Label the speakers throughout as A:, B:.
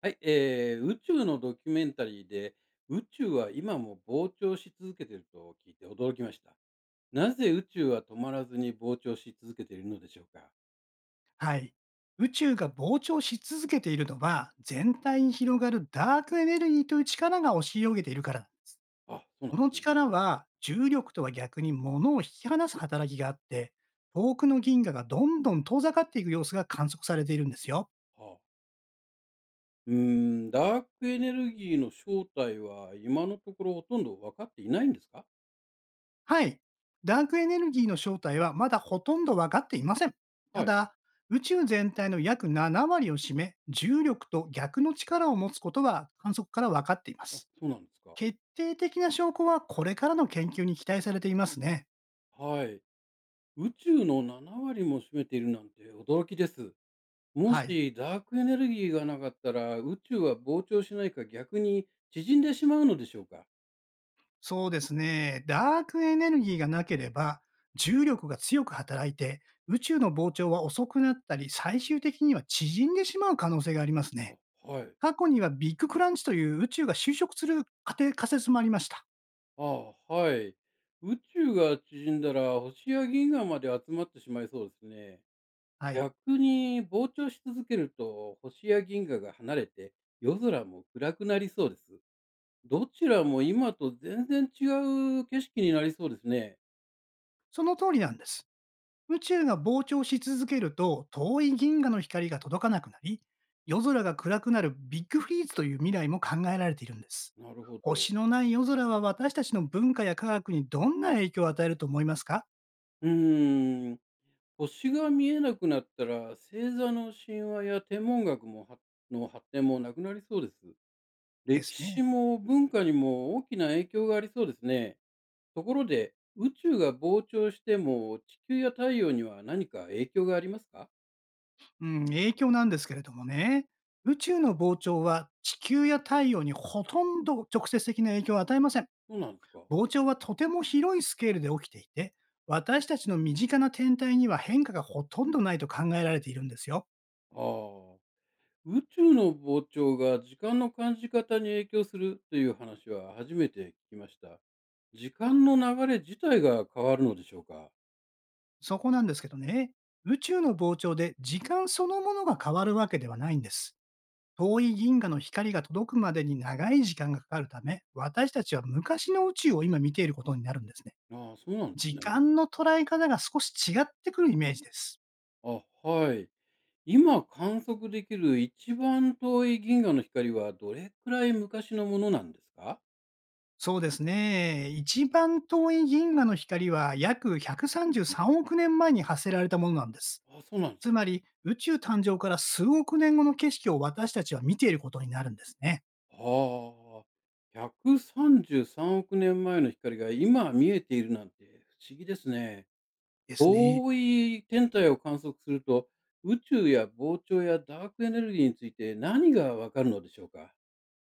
A: はい、宇宙のドキュメンタリーで宇宙は今も膨張し続けていると聞いて驚きました。なぜ宇宙は止まらずに膨張し続けているのでしょうか？
B: はい。宇宙が膨張し続けているのは、全体に広がるダークエネルギーという力が押し上げているから。
A: あ、そうな
B: こ
A: んで
B: の
A: すね。
B: 力は、重力とは逆に物を引き離す働きがあって、遠くの銀河がどんどん遠ざかっていく様子が観測されているんですよ。
A: はあ、ダークエネルギーの正体は今のところほとんど分かっていないんですか？
B: はい。ダークエネルギーの正体はまだほとんど分かっていません。た
A: はい。
B: だ、宇宙全体の約7割を占め、重力と逆の力を持つことは観測から分かっていま
A: あ、
B: す。
A: そうなんですか。
B: 決定的な証拠はこれからの研究に期待されていますね。
A: はい。宇宙の7割も占めているなんて驚きです。も
B: はい。
A: しダークエネルギーがなかったら宇宙は膨張しないか逆に縮んでしまうのでしょうか？
B: そうですね。ダークエネルギーがなければ、重力が強く働いて、宇宙の膨張は遅くなったり、最終的には縮んでしまう可能性があります
A: あ、
B: ね。
A: はい。
B: 過去にはビッグクランチという宇宙が収縮する仮定仮説もありました。
A: ああ、はい。宇宙が縮んだら星や銀河まで集まってしまいそうですね。
B: はい。
A: 逆に膨張し続けると星や銀河が離れて夜空も暗くなりそうです。どちらも今と全然違う景色になりそうですね。
B: その通りなんです。宇宙が膨張し続けると、遠い銀河の光が届かなくなり、夜空が暗くなるビッグフリーズという未来も考えられているんです。
A: なるほど。
B: 星のない夜空は私たちの文化や科学にどんな影響を与えると思いますか？
A: うーん。星が見えなくなったら星座の神話や天文学もはの発展もなくなりそうです。
B: です
A: 歴
B: ね。
A: 史も文化にも大きな影響がありそうですね。ところで、宇宙が膨張しても地球や太陽には何か影響がありますか？
B: うん、影響なんですけれどもね、宇宙の膨張は地球や太陽にほとんど直接的な影響を与えません。
A: そうなんですか。
B: 膨張はとても広いスケールで起きていて、私たちの身近な天体には変化がほとんどないと考えられているんですよ。
A: ああ。宇宙の膨張が時間の感じ方に影響するという話は初めて聞きました。時間の流れ自体が変わるのでしょうか？
B: そこなんですけどね、宇宙の膨張で時間そのものが変わるわけではないんです。遠い銀河の光が届くまでに長い時間がかかるため、私たちは昔の宇宙を今見ていることになるんですね。
A: ああ、そうなんです
B: 時
A: ね。
B: 間の捉え方が少し違ってくるイメージです。
A: あ、はい。今観測できる一番遠い銀河の光はどれくらい昔のものなんですか？
B: そうですね。一番遠い銀河の光は約133億年前に発せられたものなんです。
A: あ、そうなんです
B: つ
A: か？
B: まり、宇宙誕生から数億年後の景色を私たちは見ていることになるんですね。
A: はあ、133億年前の光が今見えているなんて不思議ですね。
B: ですね。
A: 遠い天体を観測すると、宇宙や膨張やダークエネルギーについて何がわかるのでしょうか？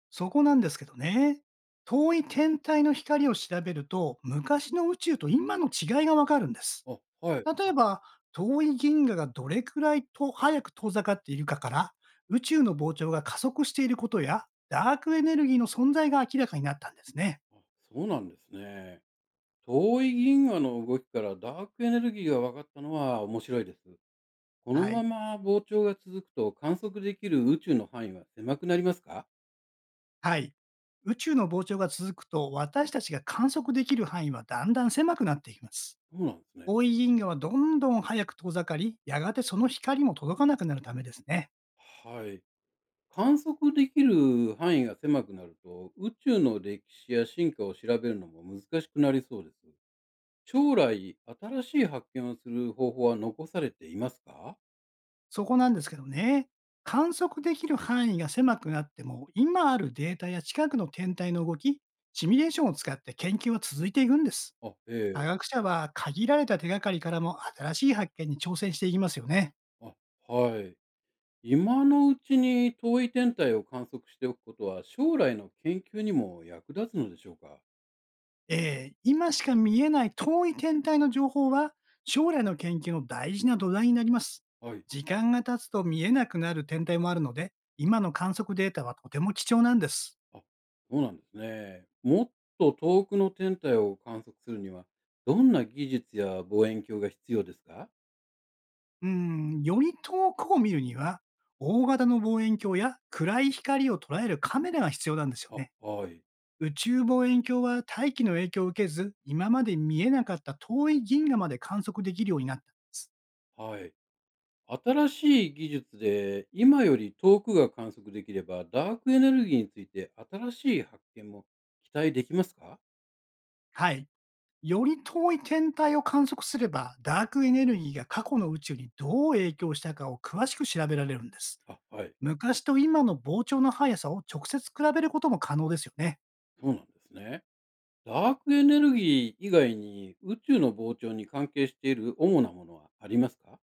B: そこなんですけどね。遠い天体の光を調べると、昔の宇宙と今の違いがわかるんです。
A: あ、はい。
B: 例えば、遠い銀河がどれくらいと早く遠ざかっているかから、宇宙の膨張が加速していることや、ダークエネルギーの存在が明らかになったんですね。
A: あ、そうなんですね。遠い銀河の動きからダークエネルギーが分かったのは面白いです。この
B: は
A: ま
B: い。
A: ま膨張が続くと観測できる宇宙の範囲は狭くなりますか？
B: はい。宇宙の膨張が続くと、私たちが観測できる範囲はだんだん狭くなっていきます。
A: そうなんですね。
B: 遠い銀河はどんどん早く遠ざかり、やがてその光も届かなくなるためですね。
A: はい。観測できる範囲が狭くなると、宇宙の歴史や進化を調べるのも難しくなりそうです。将来、新しい発見をする方法は残されていますか？
B: そこなんですけどね、観測できる範囲が狭くなっても、今あるデータや近くの天体の動き、シミュレーションを使って研究は続いていくんです。
A: あ、
B: 科
A: ええ。
B: 学者は限られた手がかりからも新しい発見に挑戦していきますよね。
A: あ、はい。今のうちに遠い天体を観測しておくことは、将来の研究にも役立つのでしょうか？
B: 今しか見えない遠い天体の情報は将来の研究の大事な土台になります。
A: はい。
B: 時間が経つと見えなくなる天体もあるので、今の観測データはとても貴重なんです。
A: あ、そうなんですね。もっと遠くの天体を観測するには、どんな技術や望遠鏡が必要ですか？
B: うん、より遠くを見るには、大型の望遠鏡や暗い光を捉えるカメラが必要なんですよ
A: あ、
B: ね。
A: はい。
B: 宇宙望遠鏡は大気の影響を受けず、今まで見えなかった遠い銀河まで観測できるようになったんです。
A: はい。新しい技術で今より遠くが観測できれば、ダークエネルギーについて新しい発見も期待できますか？
B: はい。より遠い天体を観測すれば、ダークエネルギーが過去の宇宙にどう影響したかを詳しく調べられるんです。
A: あ、はい、
B: 昔と今の膨張の速さを直接比べることも可能ですよね。
A: そうなんですね。ダークエネルギー以外に宇宙の膨張に関係している主なものはありますか？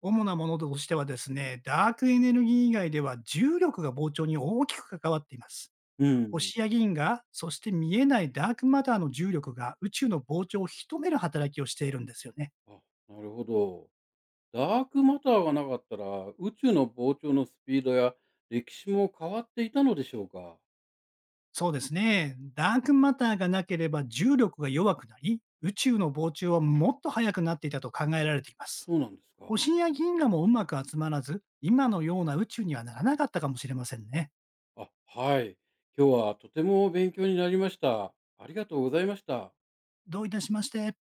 B: 主なものとしてはですね、ダークエネルギー以外では重力が膨張に大きく関わっています。
A: うん。
B: 星や銀河、そして見えないダークマターの重力が宇宙の膨張を引き止める働きをしているんですよね。
A: あ、なるほど。ダークマターがなかったら宇宙の膨張のスピードや歴史も変わっていたのでしょうか？
B: そうですね。ダークマターがなければ重力が弱くなり、宇宙の膨張はもっと速くなっていたと考えられています。
A: そうなんですか？
B: 星や銀河もうまく集まらず、今のような宇宙にはならなかったかもしれませんね。
A: あ、はい。今日はとても勉強になりました。ありがとうございました。
B: どういたしまして。